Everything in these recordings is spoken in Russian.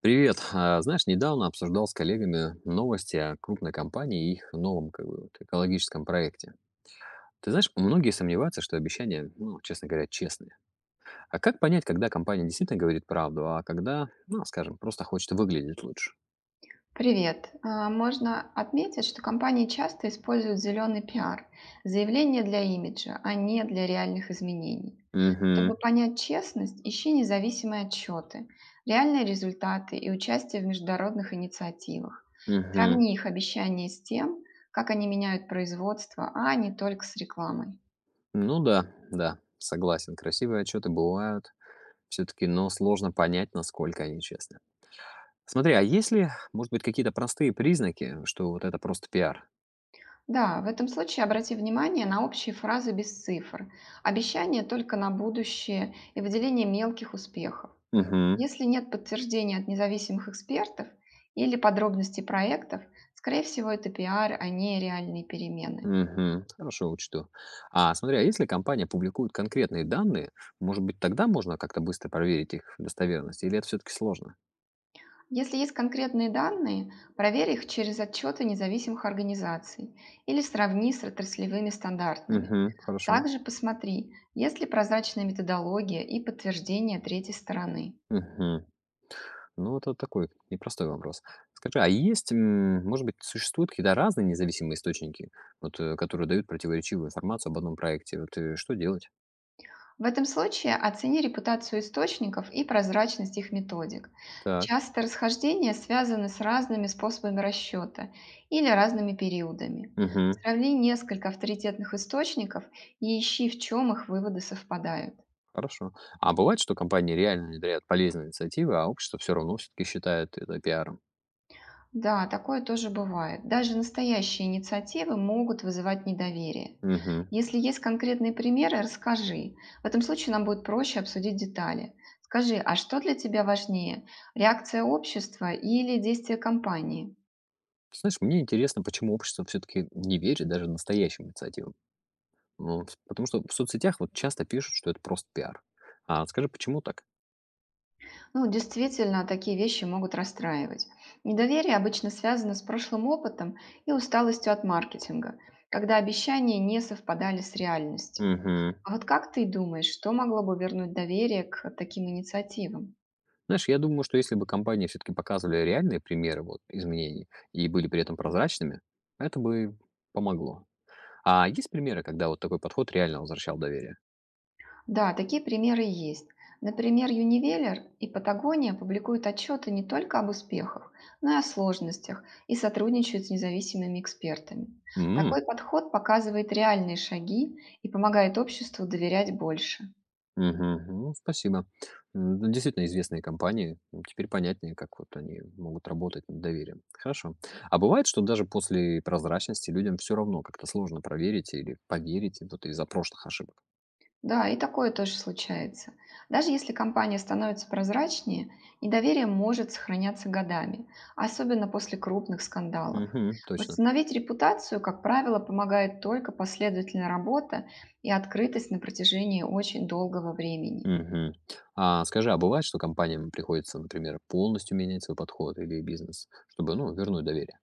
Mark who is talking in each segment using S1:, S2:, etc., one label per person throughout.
S1: Привет. А, Знаешь, недавно обсуждал с коллегами новости о крупной компании и их новом экологическом проекте. Ты знаешь, многие сомневаются, что обещания, ну, честно говоря, честные. А как понять, когда компания действительно говорит правду, а когда, ну, скажем, просто хочет выглядеть лучше?
S2: Привет. Можно отметить, что компании часто используют зеленый пиар, заявление для имиджа, а не для реальных изменений.
S1: Угу,
S2: Чтобы понять честность, ищи независимые отчеты, реальные результаты и участие в международных инициативах.
S1: угу.
S2: Сравни их обещания с тем, как они меняют производство, а не только с рекламой.
S1: Ну да, да, согласен. Красивые отчеты бывают все-таки, но сложно понять, насколько они честны. Смотри, а есть ли, может быть, какие-то простые признаки, что вот это просто пиар?
S2: Да, в этом случае обрати внимание на общие фразы без цифр, обещания только на будущее и выделение мелких успехов.
S1: Угу.
S2: Если нет подтверждения от независимых экспертов или подробностей проектов, скорее всего, это пиар, а не реальные перемены.
S1: Мгм. Хорошо, учту. А смотри, а если компания публикует конкретные данные, может быть, тогда можно как-то быстро проверить их достоверность, или это все-таки сложно?
S2: Если есть конкретные данные, проверь их через отчеты независимых организаций или сравни с отраслевыми стандартами.
S1: Мгм. Хорошо.
S2: Также посмотри, есть ли прозрачная методология и подтверждение третьей стороны.
S1: Мгм. Ну, вот это такой непростой вопрос. Скажи, а есть, может быть, существуют какие-то разные независимые источники, которые дают противоречивую информацию об одном проекте? Что делать?
S2: В этом случае оцени репутацию источников и прозрачность их методик.
S1: Так.
S2: Часто расхождения связаны с разными способами расчета или разными периодами.
S1: Мгм.
S2: Сравни несколько авторитетных источников и ищи, в чем их выводы совпадают.
S1: Хорошо. А бывает, что компании реально внедряют полезные инициативы, а общество все равно все-таки считает это пиаром?
S2: Да, такое тоже бывает. Даже настоящие инициативы могут вызывать недоверие.
S1: Мгм.
S2: Если есть конкретные примеры, расскажи. В этом случае нам будет проще обсудить детали. Скажи, а что для тебя важнее? Реакция общества или действия компании?
S1: Ты знаешь, мне интересно, почему общество все-таки не верит даже настоящим инициативам. Ну, потому что в соцсетях вот часто пишут, что это просто пиар. А вот скажи, почему так?
S2: Ну, действительно, такие вещи могут расстраивать. Недоверие обычно связано с прошлым опытом и усталостью от маркетинга, когда обещания не совпадали с реальностью.
S1: Угу.
S2: А вот как ты думаешь, что могло бы вернуть доверие к таким инициативам?
S1: Знаешь, я думаю, что если бы компании все-таки показывали реальные примеры вот, изменений и были при этом прозрачными, это бы помогло. А есть примеры, когда вот такой подход реально возвращал доверие?
S2: Да, такие примеры есть. Например, Unilever и Патагония публикуют отчеты не только об успехах, но и о сложностях и сотрудничают с независимыми экспертами. Такой подход показывает реальные шаги и помогает обществу доверять больше.
S1: Мгм. Ну, спасибо. Да, действительно известные компании. Теперь понятнее, как вот они могут работать над доверием. Хорошо. А бывает, что даже после прозрачности людям все равно как-то сложно проверить или поверить им вот из-за прошлых ошибок?
S2: Да, и такое тоже случается. Даже если компания становится прозрачнее, недоверие может сохраняться годами, особенно после крупных скандалов.
S1: Мгм. Точно.
S2: Восстановить репутацию, как правило, помогает только последовательная работа и открытость на протяжении очень долгого времени.
S1: Мгм. А скажи, а бывает, что компаниям приходится, например, полностью менять свой подход или бизнес, чтобы, ну, вернуть доверие?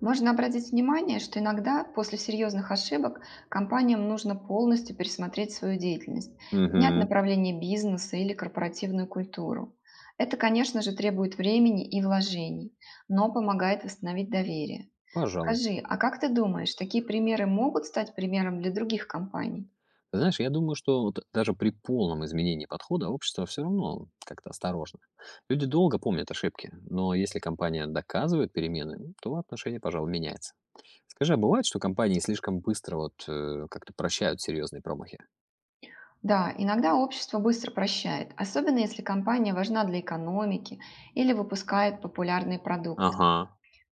S2: Можно обратить внимание, что иногда после серьезных ошибок компаниям нужно полностью пересмотреть свою деятельность, менять
S1: Угу.
S2: направление бизнеса или корпоративную культуру. Это, конечно же, требует времени и вложений, но помогает восстановить доверие.
S1: Пожалуй.
S2: Скажи, а как ты думаешь, такие примеры могут стать примером для других компаний?
S1: Знаешь, я думаю, что вот даже при полном изменении подхода общество все равно как-то осторожно. Люди долго помнят ошибки, но если компания доказывает перемены, ну, то отношение, пожалуй, меняется. Скажи, а бывает, что компании слишком быстро как-то прощают серьезные промахи?
S2: Да, иногда общество быстро прощает, особенно если компания важна для экономики или выпускает популярные продукты.
S1: Ага.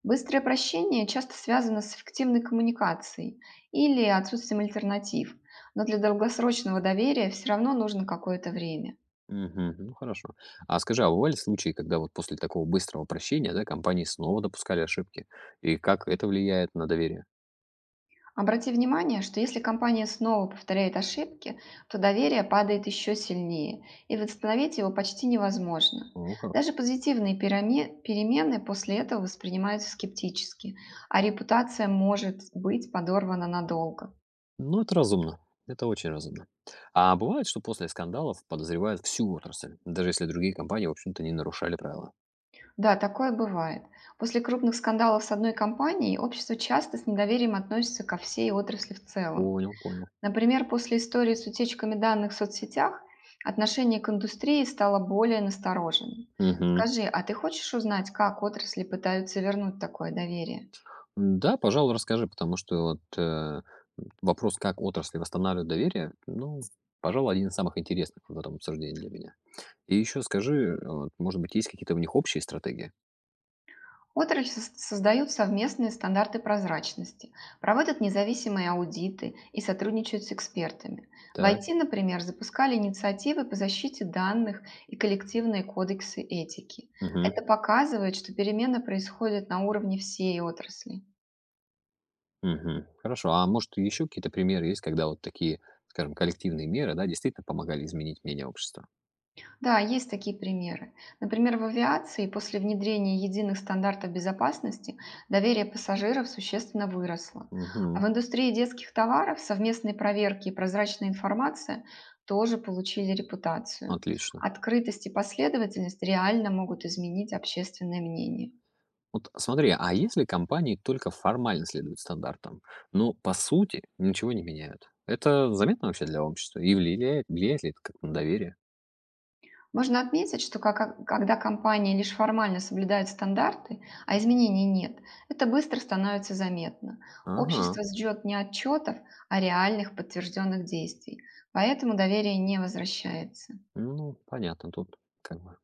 S2: Быстрое прощение часто связано с эффективной коммуникацией или отсутствием альтернатив, но для долгосрочного доверия все равно нужно какое-то время.
S1: Мгм. Ну хорошо. А скажи, а бывали случаи, когда вот после такого быстрого прощения, да, компании снова допускали ошибки? И как это влияет на доверие?
S2: Обрати внимание, что если компания снова повторяет ошибки, то доверие падает еще сильнее, и восстановить его почти невозможно.
S1: Ну,
S2: Даже позитивные перемены после этого воспринимаются скептически, а репутация может быть подорвана надолго.
S1: Ну, это разумно. Это очень разумно. А бывает, что после скандалов подозревают всю отрасль, даже если другие компании, в общем-то, не нарушали правила.
S2: Да, такое бывает. После крупных скандалов с одной компанией общество часто с недоверием относится ко всей отрасли в целом.
S1: Понял, понял.
S2: Например, после истории с утечками данных в соцсетях отношение к индустрии стало более настороженным.
S1: Мгм.
S2: Скажи, а ты хочешь узнать, как отрасли пытаются вернуть такое доверие?
S1: Да, пожалуй, расскажи, потому что вопрос, как отрасли восстанавливают доверие, ну, пожалуй, один из самых интересных в этом обсуждении для меня. И еще скажи, вот, может быть, есть какие-то у них общие стратегии?
S2: Создают совместные стандарты прозрачности, проводят независимые аудиты и сотрудничают с экспертами. В
S1: Так.
S2: IT, например, запускали инициативы по защите данных и коллективные кодексы этики.
S1: Мгм.
S2: Это показывает, что перемены происходят на уровне всей отрасли.
S1: Мгм. Хорошо. А может, еще какие-то примеры есть, когда вот такие, скажем, коллективные меры, да, действительно помогали изменить мнение общества?
S2: Да, есть такие примеры. Например, в авиации после внедрения единых стандартов безопасности доверие пассажиров существенно выросло. А
S1: Мгм.
S2: в индустрии детских товаров совместные проверки и прозрачная информация тоже получили репутацию.
S1: Отлично.
S2: Открытость и последовательность реально могут изменить общественное мнение.
S1: Вот смотри, а если компании только формально следуют стандартам, но по сути ничего не меняют, это заметно вообще для общества? И влияет ли это как на доверие?
S2: Можно отметить, что когда компания лишь формально соблюдает стандарты, а изменений нет, это быстро становится заметно.
S1: Ага,
S2: Общество ждет не отчетов, а реальных подтвержденных действий, поэтому доверие не возвращается.
S1: ну понятно тут как бы.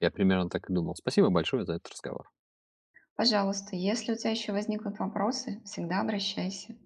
S1: Я примерно так и думал. Спасибо большое за этот разговор.
S2: Пожалуйста, если у тебя еще возникнут вопросы, всегда обращайся.